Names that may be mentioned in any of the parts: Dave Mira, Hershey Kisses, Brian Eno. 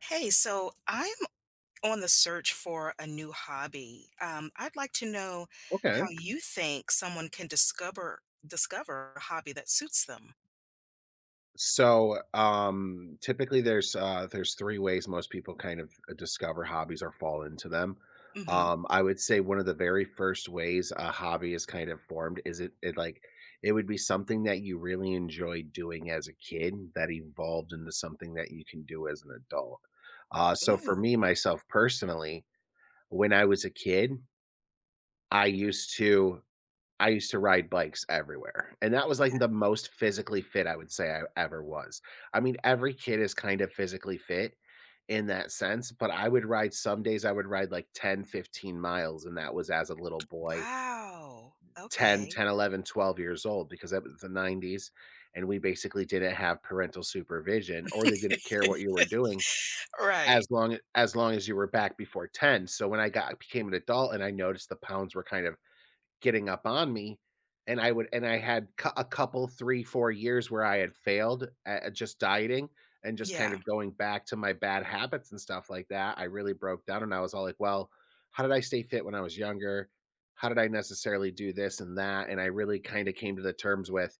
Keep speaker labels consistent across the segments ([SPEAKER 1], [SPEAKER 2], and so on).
[SPEAKER 1] Hey, so I'm on the search for a new hobby. I'd like to know
[SPEAKER 2] Okay.
[SPEAKER 1] how you think someone can discover a hobby that suits them.
[SPEAKER 2] So typically there's three ways most people kind of discover hobbies or fall into them.
[SPEAKER 1] Mm hmm.
[SPEAKER 2] I would say one of the very first ways a hobby is kind of formed is it it would be something that you really enjoyed doing as a kid that evolved into something that you can do as an adult. So for
[SPEAKER 1] Ooh,
[SPEAKER 2] me, myself personally, when I was a kid, I used to I used to ride bikes everywhere, and that was, like, the
[SPEAKER 1] yeah.
[SPEAKER 2] most physically fit I would say I ever was. I mean, every kid is kind of physically fit in that sense, but I would ride some days I would ride, like, 10, 15 miles, and that was as a little boy,
[SPEAKER 1] Wow.
[SPEAKER 2] ten,
[SPEAKER 1] Okay.
[SPEAKER 2] ten, 11, 12 years old because that was the '90s, and we basically didn't have parental supervision, or they didn't care what you were doing
[SPEAKER 1] Right.
[SPEAKER 2] as long as you were back before 10. So when I got became an adult and I noticed the pounds were kind of getting up on me, and I would and I had cou a couple 3, 4 years where I had failed at just dieting and just kind
[SPEAKER 1] Yeah.
[SPEAKER 2] of going back to my bad habits and stuff like that, I really broke down and I was all like, "Well, how did I stay fit when I was younger? How did I necessarily do this and that?" And I really kinda came to the terms with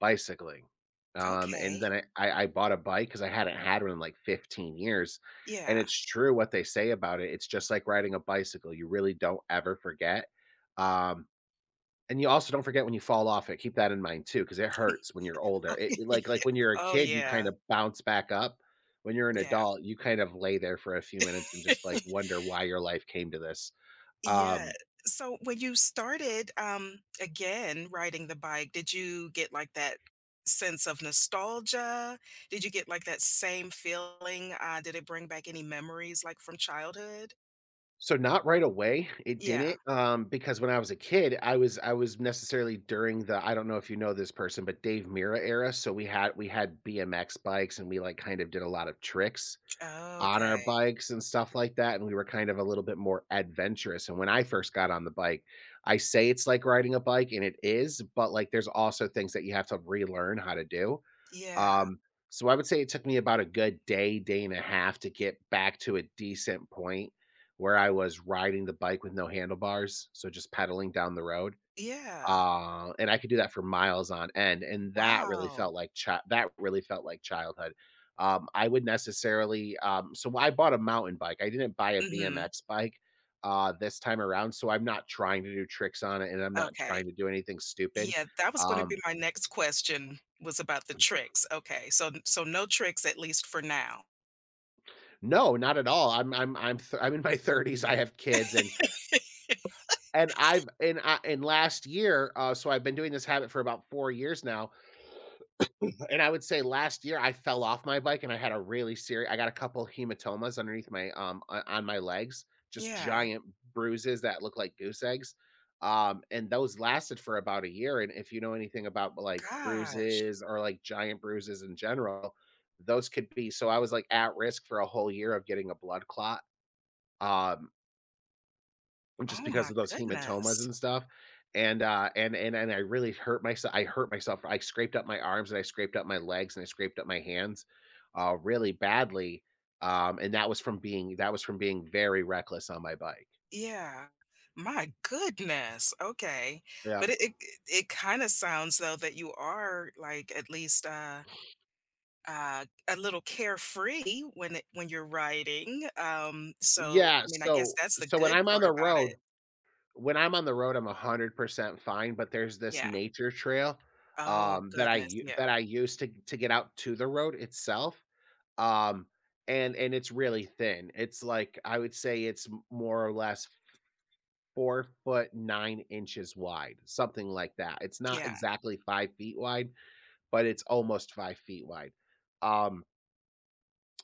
[SPEAKER 2] bicycling. And
[SPEAKER 1] Okay.
[SPEAKER 2] then I bought a bike because I hadn't had one in, like, 15 years, and
[SPEAKER 1] Yeah.
[SPEAKER 2] it's true what they say about it. It's just like riding a bicycle, you really don't ever forget. Um, and you also don't forget when you fall off it. Keep that in mind too, because it hurts when you're older. It like when you're a
[SPEAKER 1] Oh,
[SPEAKER 2] kid, you kind
[SPEAKER 1] yeah.
[SPEAKER 2] of bounce back up. When you're an
[SPEAKER 1] Yeah.
[SPEAKER 2] adult, you kind of lay there for a few minutes and just, like, wonder why your life came to this.
[SPEAKER 1] Yeah.
[SPEAKER 2] Um,
[SPEAKER 1] So when you started, again, riding the bike, did you get like that sense of nostalgia? Did you get like that same feeling? Did it bring back any memories like from childhood?
[SPEAKER 2] so not right away, it
[SPEAKER 1] Yeah.
[SPEAKER 2] didn't, because when I was a kid, I was necessarily during the— I don't know if you know this person, but Dave Mira era. So we had BMX bikes and we, like, kind of did a lot of tricks
[SPEAKER 1] Oh,
[SPEAKER 2] on our
[SPEAKER 1] okay.
[SPEAKER 2] bikes and stuff like that, and we were kind of a little bit more adventurous. And when I first got on the bike, I say it's like riding a bike, and it is, but, like, there's also things that you have to relearn how to do,
[SPEAKER 1] Yeah.
[SPEAKER 2] um, so I would say it took me about a good day, day and a half to get back to a decent point where I was riding the bike with no handlebars, so just pedaling down the road.
[SPEAKER 1] Yeah.
[SPEAKER 2] And I could do that for miles on end, and that really felt
[SPEAKER 1] Wow.
[SPEAKER 2] like chi that really felt like childhood. I would necessarily so I bought a mountain bike. I didn't buy a
[SPEAKER 1] Hmm.
[SPEAKER 2] BMX bike, this time around, so I'm not trying to do tricks on it, and I'm not
[SPEAKER 1] Okay.
[SPEAKER 2] trying to do anything stupid.
[SPEAKER 1] Yeah, that was going to
[SPEAKER 2] Um
[SPEAKER 1] be my next question, was about the tricks. Okay. So so no tricks at least for now.
[SPEAKER 2] no, not at all. I'm in my 30s, I have kids, and I've and I and last year— so I've been doing this habit for about 4 years now, and I would say last year I fell off my bike and I had a really serious— I got a couple hematomas underneath my on my legs, just
[SPEAKER 1] Yeah.
[SPEAKER 2] giant bruises that look like goose eggs. And those lasted for about a year, and if you know anything about like
[SPEAKER 1] Gosh.
[SPEAKER 2] bruises or like giant bruises in general, those could be— so I was like at risk for a whole year of getting a blood clot. Um just
[SPEAKER 1] Oh
[SPEAKER 2] because
[SPEAKER 1] my
[SPEAKER 2] of those hematomas
[SPEAKER 1] goodness.
[SPEAKER 2] and stuff, and I really hurt myself. I hurt myself, I scraped up my arms, and I scraped up my legs, and I scraped up my hands, really badly, and that was from being— that was from being very reckless on my bike.
[SPEAKER 1] Yeah. My goodness. Okay.
[SPEAKER 2] Yeah.
[SPEAKER 1] But it kind of sounds though that you are like at least uh a little carefree when when you're writing. So
[SPEAKER 2] Yeah,
[SPEAKER 1] I mean I guess
[SPEAKER 2] so
[SPEAKER 1] that's the
[SPEAKER 2] so when
[SPEAKER 1] good
[SPEAKER 2] I'm on
[SPEAKER 1] part
[SPEAKER 2] the
[SPEAKER 1] about
[SPEAKER 2] road—
[SPEAKER 1] it.
[SPEAKER 2] when I'm on the road, I'm 100% fine, but there's this
[SPEAKER 1] Yeah.
[SPEAKER 2] nature trail,
[SPEAKER 1] Oh
[SPEAKER 2] that I
[SPEAKER 1] goodness.
[SPEAKER 2] u that
[SPEAKER 1] Yeah.
[SPEAKER 2] I use to get out to the road itself. Um, and it's really thin. It's like— I would say it's more or less 4 foot 9 inches wide, something like that. It's not
[SPEAKER 1] Yeah.
[SPEAKER 2] exactly 5 feet wide, but it's almost 5 feet wide. Um,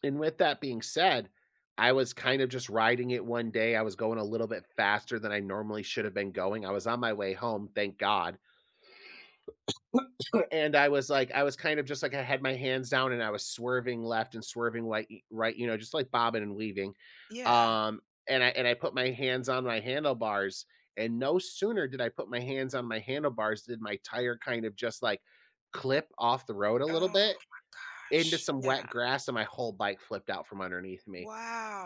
[SPEAKER 2] and with that being said, I was kind of just riding it one day. I was going a little bit faster than I normally should have been going. I was on my way home, thank God, and I was kind of just like— I had my hands down and I was swerving left and swerving right, you know, just like bobbing and weaving.
[SPEAKER 1] Yeah.
[SPEAKER 2] Um, and I put my hands on my handlebars, and no sooner did I put my hands on my handlebars did my tire kind of just like clip off the road a little
[SPEAKER 1] Oh
[SPEAKER 2] bit
[SPEAKER 1] my
[SPEAKER 2] into
[SPEAKER 1] gosh.
[SPEAKER 2] some wet
[SPEAKER 1] Yeah.
[SPEAKER 2] grass, and my whole bike flipped out from underneath me.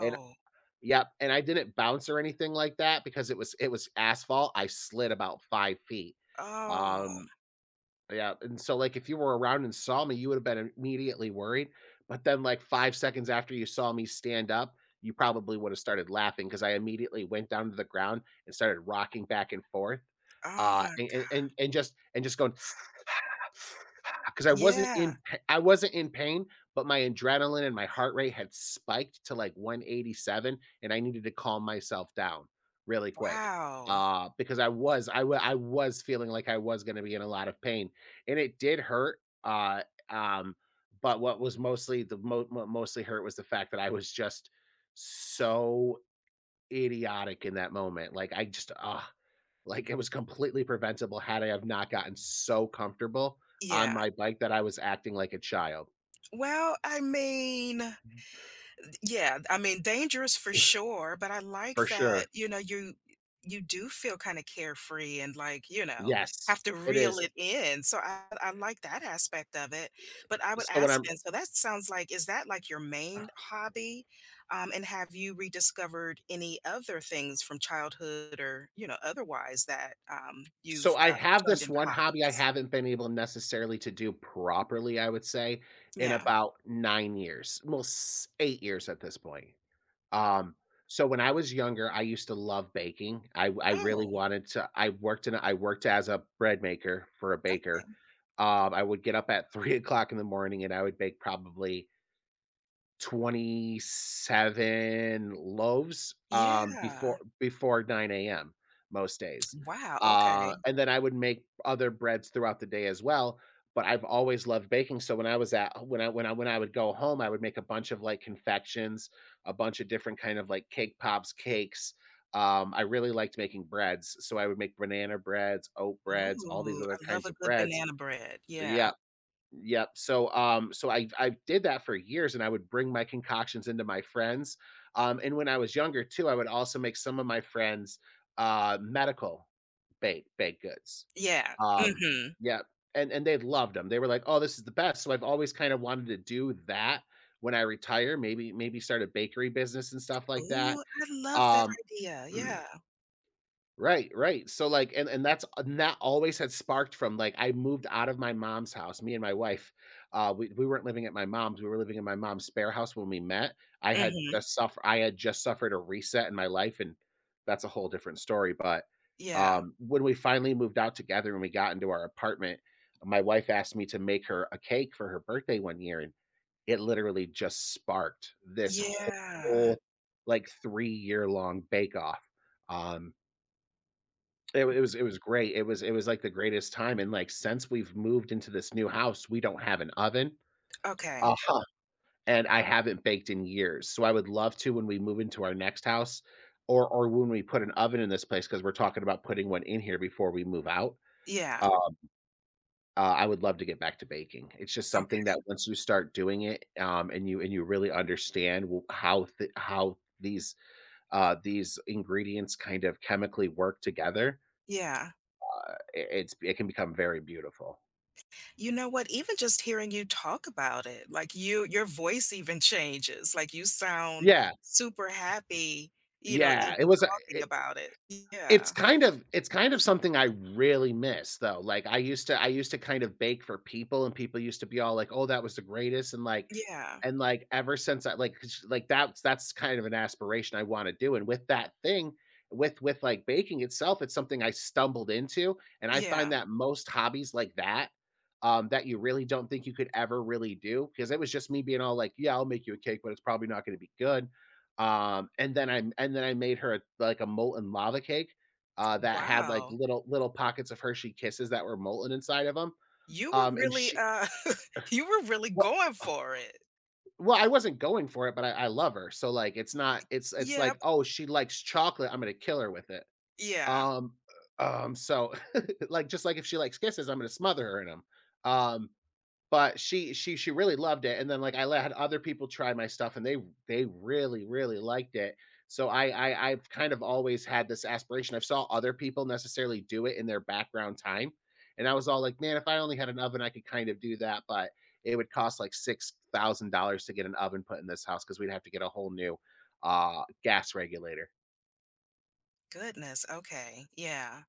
[SPEAKER 2] And yep, and I didn't bounce or anything like that because it was asphalt. I slid about 5 feet.
[SPEAKER 1] Oh.
[SPEAKER 2] Um, yeah, and so, like, if you were around and saw me, you would have been immediately worried, but then, like, 5 seconds after you saw me stand up, you probably would have started laughing because I immediately went down to the ground and started rocking back and forth,
[SPEAKER 1] Oh my god.
[SPEAKER 2] and just going 'cause
[SPEAKER 1] Yeah.
[SPEAKER 2] I wasn't in pain, but my adrenaline and my heart rate had spiked to, like, 187, and I needed to calm myself down really quick,
[SPEAKER 1] Wow.
[SPEAKER 2] because I was feeling like I was gonna be in a lot of pain, and it did hurt, um, but what was mostly the mo what mostly hurt was the fact that I was just so idiotic in that moment. Like, I just— ugh, like, it was completely preventable had I have not gotten so comfortable on
[SPEAKER 1] Yeah.
[SPEAKER 2] my bike that I was acting like a child,
[SPEAKER 1] Well, I mean, yeah, I mean, dangerous for sure, but I
[SPEAKER 2] for
[SPEAKER 1] like that,
[SPEAKER 2] sure.
[SPEAKER 1] you you do feel kind of carefree and like,
[SPEAKER 2] Yes,
[SPEAKER 1] have to
[SPEAKER 2] it
[SPEAKER 1] reel
[SPEAKER 2] is.
[SPEAKER 1] it in. So I like that aspect of it. But I would
[SPEAKER 2] So when
[SPEAKER 1] ask
[SPEAKER 2] I'm
[SPEAKER 1] then, so that sounds like, is that like your main hobby? And have you rediscovered any other things from childhood or, you know, otherwise that
[SPEAKER 2] so
[SPEAKER 1] you've
[SPEAKER 2] I have
[SPEAKER 1] turned
[SPEAKER 2] this
[SPEAKER 1] into
[SPEAKER 2] one hobby I
[SPEAKER 1] hobbies?
[SPEAKER 2] haven't been able necessarily to do properly, I would say, in
[SPEAKER 1] Yeah.
[SPEAKER 2] about 9 years, well, s 8 years at this point. Um, so when I was younger, I used to love baking. I really
[SPEAKER 1] Oh,
[SPEAKER 2] wanted to— I worked as a bread maker for a
[SPEAKER 1] okay.
[SPEAKER 2] baker. I would get up at 3 o'clock in the morning and I would bake probably 27 loaves,
[SPEAKER 1] Yeah.
[SPEAKER 2] before 9 a.m. most days.
[SPEAKER 1] Wow. Okay.
[SPEAKER 2] And then I would make other breads throughout the day as well, but I've always loved baking, so when I when I would go home, I would make a bunch of, like, confections, a bunch of different kind of, like, cake pops, cakes. I really liked making breads, so I would make banana breads, oat breads, all these
[SPEAKER 1] Ooh, I
[SPEAKER 2] other
[SPEAKER 1] love
[SPEAKER 2] kinds
[SPEAKER 1] a
[SPEAKER 2] of
[SPEAKER 1] good
[SPEAKER 2] breads.
[SPEAKER 1] banana bread.
[SPEAKER 2] Yeah.
[SPEAKER 1] Yeah.
[SPEAKER 2] Yep. So I I did that for years, and I would bring my concoctions into my friends. And when I was younger too, I would also make some of my friends medical baked goods.
[SPEAKER 1] Yeah.
[SPEAKER 2] Um,
[SPEAKER 1] Mhm.
[SPEAKER 2] yep. And they loved them. They were like, "Oh, this is the best." So I've always kind of wanted to do that when I retire. Maybe start a bakery business and stuff like that.
[SPEAKER 1] Ooh, I love that
[SPEAKER 2] Um,
[SPEAKER 1] idea. Yeah.
[SPEAKER 2] Right, right. So, like and that's and that always had sparked from, like— I moved out of my mom's house, me and my wife. We weren't living at my mom's, we were living in my mom's spare house when we met.
[SPEAKER 1] Mhm.
[SPEAKER 2] I had just suffered a reset in my life, and that's a whole different story, but,
[SPEAKER 1] Yeah.
[SPEAKER 2] when we finally moved out together and we got into our apartment, my wife asked me to make her a cake for her birthday one year, and it literally just sparked this
[SPEAKER 1] Yeah.
[SPEAKER 2] whole, like, three-year-long bake-off. Um it wa it was it was great. It was, like, the greatest time, and, like, since we've moved into this new house, we don't have an oven.
[SPEAKER 1] Okay.
[SPEAKER 2] Uh-huh. And I haven't baked in years, so I would love to— when we move into our next house or when we put an oven in this place, because 'cause we're talking about putting one in here before we move out. Uh,
[SPEAKER 1] Yeah.
[SPEAKER 2] I would love to get back to baking. It's just something
[SPEAKER 1] Okay.
[SPEAKER 2] that once you start doing it, and you really understand w how th how these ingredients kind of chemically work together,
[SPEAKER 1] Yeah.
[SPEAKER 2] I it's it can become very beautiful.
[SPEAKER 1] You know what? Even just hearing you talk about it, like your voice even changes. Like you sound
[SPEAKER 2] Yeah,
[SPEAKER 1] super happy,
[SPEAKER 2] yeah,
[SPEAKER 1] even talking
[SPEAKER 2] it
[SPEAKER 1] about it.
[SPEAKER 2] it's
[SPEAKER 1] Yeah.
[SPEAKER 2] kind of it's kind of something I really miss though, like, I used to kind of bake for people, and people used to be all like, "Oh, that was the greatest,"
[SPEAKER 1] Yeah.
[SPEAKER 2] and like ever since I like 'cause like that's kind of an aspiration I want to do, and with that thing, with like baking itself, it's something I stumbled into, and I find
[SPEAKER 1] Yeah.
[SPEAKER 2] that most hobbies like that, that you really don't think you could ever really do, because it was just me being all like, "Yeah, I'll make you a cake, but it's probably not going to be good." And then I made her a, like a molten lava cake, that had like
[SPEAKER 1] Wow.
[SPEAKER 2] little pockets of Hershey Kisses that were molten inside of them.
[SPEAKER 1] You were
[SPEAKER 2] And
[SPEAKER 1] really
[SPEAKER 2] she
[SPEAKER 1] you were really
[SPEAKER 2] well
[SPEAKER 1] going for it.
[SPEAKER 2] well, I wasn't going for it, but I love her, so, like, it's not it's
[SPEAKER 1] Yeah.
[SPEAKER 2] like, "Oh, she likes chocolate, I'm gonna kill her with it."
[SPEAKER 1] Yeah.
[SPEAKER 2] Um, so, like, just like if she likes kisses, I'm gonna smother her in them. Um but she really loved it, and then, like, I le had other people try my stuff, and they really, really liked it. So I've kind of always had this aspiration. I've saw other people necessarily do it in their background time, and I was all like, "Man, if I only had an oven, I could kind of do that," but it would cost, like, $6,000 to get an oven put in this house because 'cause we'd have to get a whole new, gas regulator.
[SPEAKER 1] Goodness. Okay. Yeah.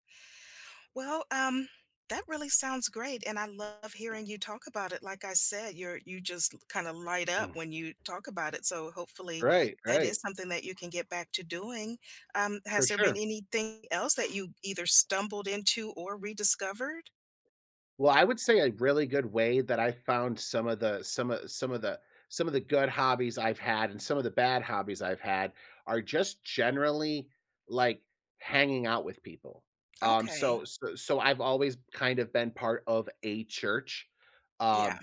[SPEAKER 1] Well, that really sounds great, and I love hearing you talk about it. Like I said, you just kind of light up
[SPEAKER 2] Mm.
[SPEAKER 1] when you talk about it. So hopefully,
[SPEAKER 2] Right,
[SPEAKER 1] that
[SPEAKER 2] right,
[SPEAKER 1] is something that you can get back to doing.
[SPEAKER 2] for
[SPEAKER 1] Has there been
[SPEAKER 2] sure.
[SPEAKER 1] anything else that you either stumbled into or rediscovered?
[SPEAKER 2] Well, I would say a really good way that I found some of the good hobbies I've had and some of the bad hobbies I've had are just generally like hanging out with people. Um, so
[SPEAKER 1] Okay.
[SPEAKER 2] so so I've always kind of been part of a church.
[SPEAKER 1] Yeah.
[SPEAKER 2] Um,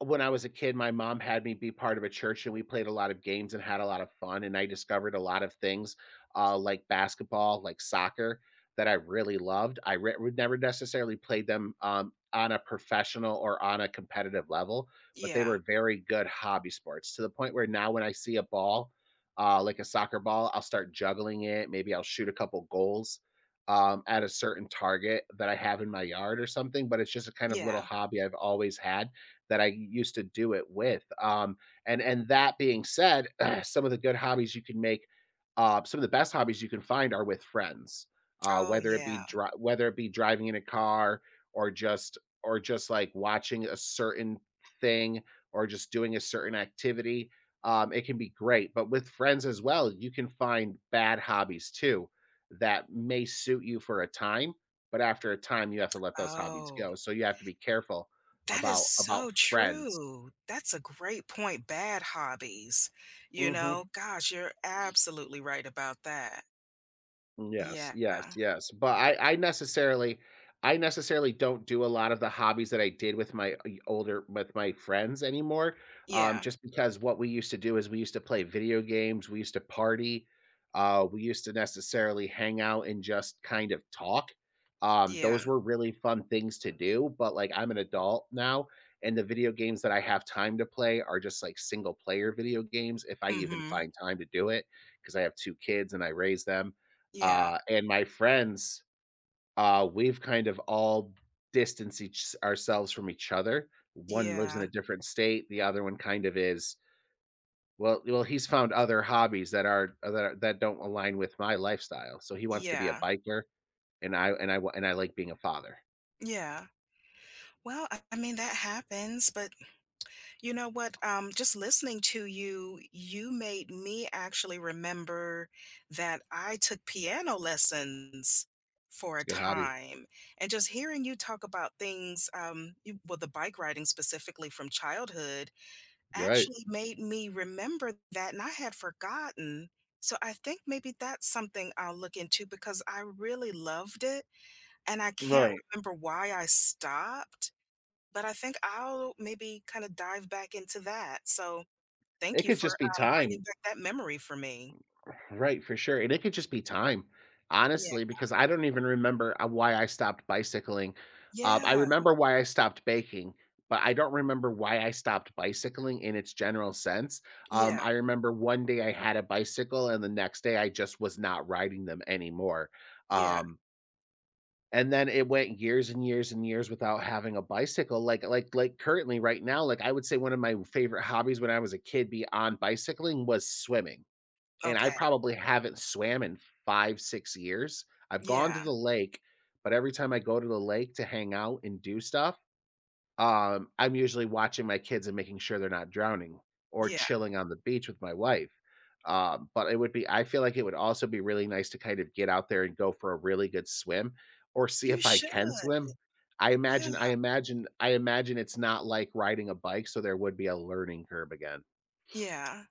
[SPEAKER 2] when I was a kid, my mom had me be part of a church, and we played a lot of games and had a lot of fun, and I discovered a lot of things, like basketball, like soccer, that I really loved. I re would never necessarily play them, on a professional or on a competitive level, but they were
[SPEAKER 1] Yeah.
[SPEAKER 2] very good hobby sports to the point where now when I see a ball, like a soccer ball, I'll start juggling it. Maybe I'll shoot a couple goals, at a certain target that I have in my yard or something, but it's just a kind of little
[SPEAKER 1] Yeah.
[SPEAKER 2] hobby I've always had that I used to do it with. And that being said, some of the good hobbies you can make, some of the best hobbies you can find are with friends.
[SPEAKER 1] Oh, yeah.
[SPEAKER 2] Whether it be driving in a car or just or just like watching a certain thing or just doing a certain activity, it can be great. But with friends as well, you can find bad hobbies too that may suit you for a time, but after a time, you have to let those hobbies
[SPEAKER 1] Oh.
[SPEAKER 2] go. So you have to be careful
[SPEAKER 1] That is
[SPEAKER 2] about
[SPEAKER 1] so
[SPEAKER 2] friends.
[SPEAKER 1] true. That's a great point. Bad hobbies, you know? Gosh, you're absolutely right about that.
[SPEAKER 2] Yes, yes,
[SPEAKER 1] Yeah.
[SPEAKER 2] yes, but I necessarily don't do a lot of the hobbies that I did with my y older with my friends anymore,
[SPEAKER 1] Yeah.
[SPEAKER 2] just because what we used to do is we used to play video games, we used to party, we used to necessarily hang out and just kind of talk,
[SPEAKER 1] Yeah.
[SPEAKER 2] those were really fun things to do, but, like, I'm an adult now, and the video games that I have time to play are just, like, single player video games if I even
[SPEAKER 1] Mhm.
[SPEAKER 2] find time to do it, because I have two kids and I raise them.
[SPEAKER 1] Yeah.
[SPEAKER 2] And my friends, we've kind of all distanced each ourselves from each other. One lives in a
[SPEAKER 1] Yeah.
[SPEAKER 2] different state, the other one kind of is, well, he's found other hobbies that don't align with my lifestyle. So he wants to be a
[SPEAKER 1] Yeah.
[SPEAKER 2] biker, and I like being a father.
[SPEAKER 1] Yeah. Well, I mean, that happens, but you know what? Just listening to you, you made me actually remember that I took piano lessons for
[SPEAKER 2] It's
[SPEAKER 1] a
[SPEAKER 2] a good hobby,
[SPEAKER 1] time. And just hearing you talk about things, the bike riding specifically from childhood
[SPEAKER 2] right?
[SPEAKER 1] actually made me remember that, and I had forgotten. So I think maybe that's something I'll look into because I really loved it, and I can't
[SPEAKER 2] Right.
[SPEAKER 1] remember why I stopped, but I think I'll maybe kinda dive back into that, so
[SPEAKER 2] It
[SPEAKER 1] thank you
[SPEAKER 2] could
[SPEAKER 1] for,
[SPEAKER 2] just be
[SPEAKER 1] bringing
[SPEAKER 2] time.
[SPEAKER 1] back that memory for me.
[SPEAKER 2] Right, for sure, and it could just be time,
[SPEAKER 1] Yeah.
[SPEAKER 2] honestly, because I don't even remember, why I stopped bicycling. I
[SPEAKER 1] Yeah.
[SPEAKER 2] remember why I stopped baking, but I don't remember why I stopped bicycling in its general sense.
[SPEAKER 1] Yeah.
[SPEAKER 2] I remember one day I had a bicycle, and the next day I just was not riding them anymore.
[SPEAKER 1] Yeah.
[SPEAKER 2] Um, and then it went years and years and years without having a bicycle, like currently right now, like, I would say one of my favorite hobbies when I was a kid beyond bicycling was swimming, and I
[SPEAKER 1] Okay.
[SPEAKER 2] probably haven't swam in 5, 6 years. I've gone
[SPEAKER 1] Yeah.
[SPEAKER 2] to the lake, but every time I go to the lake to hang out and do stuff, I'm usually watching my kids and making sure they're not drowning or
[SPEAKER 1] Yeah.
[SPEAKER 2] chilling on the beach with my wife. But it would be I feel like it would also be really nice to kind of get out there and go for a really good swim or see
[SPEAKER 1] You
[SPEAKER 2] if I
[SPEAKER 1] should.
[SPEAKER 2] can swim. I
[SPEAKER 1] Yeah.
[SPEAKER 2] imagine I imagine I imagine it's not like riding a bike, so there would be a learning curve again.
[SPEAKER 1] Yeah.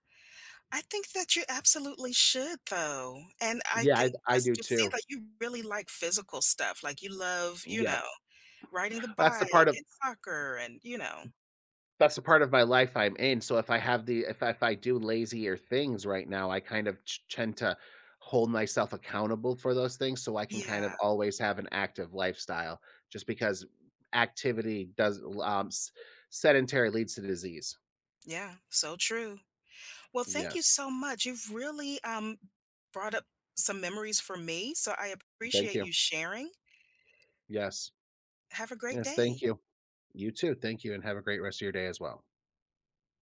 [SPEAKER 1] I think that you absolutely should, though, and I
[SPEAKER 2] Yeah,
[SPEAKER 1] can
[SPEAKER 2] I
[SPEAKER 1] I
[SPEAKER 2] I
[SPEAKER 1] s
[SPEAKER 2] do
[SPEAKER 1] just see
[SPEAKER 2] too.
[SPEAKER 1] that you really like physical stuff, like, you love, you know,
[SPEAKER 2] Yep.
[SPEAKER 1] riding the
[SPEAKER 2] That's the part
[SPEAKER 1] bike
[SPEAKER 2] of
[SPEAKER 1] and soccer and, you know,
[SPEAKER 2] That's the part of my life I'm in, so if I do lazier things right now, I kind of t tend to hold myself accountable for those things so I can kind
[SPEAKER 1] yeah.
[SPEAKER 2] of always have an active lifestyle just because activity does s sedentary leads to disease.
[SPEAKER 1] Yeah. So true. Well, thank you
[SPEAKER 2] Yes.
[SPEAKER 1] so much. You've really brought up some memories for me, so I
[SPEAKER 2] Thank
[SPEAKER 1] appreciate
[SPEAKER 2] you.
[SPEAKER 1] you sharing.
[SPEAKER 2] Yes.
[SPEAKER 1] Have a great
[SPEAKER 2] Yes, thank
[SPEAKER 1] day.
[SPEAKER 2] you. You too, thank you, and have a great rest of your day as well.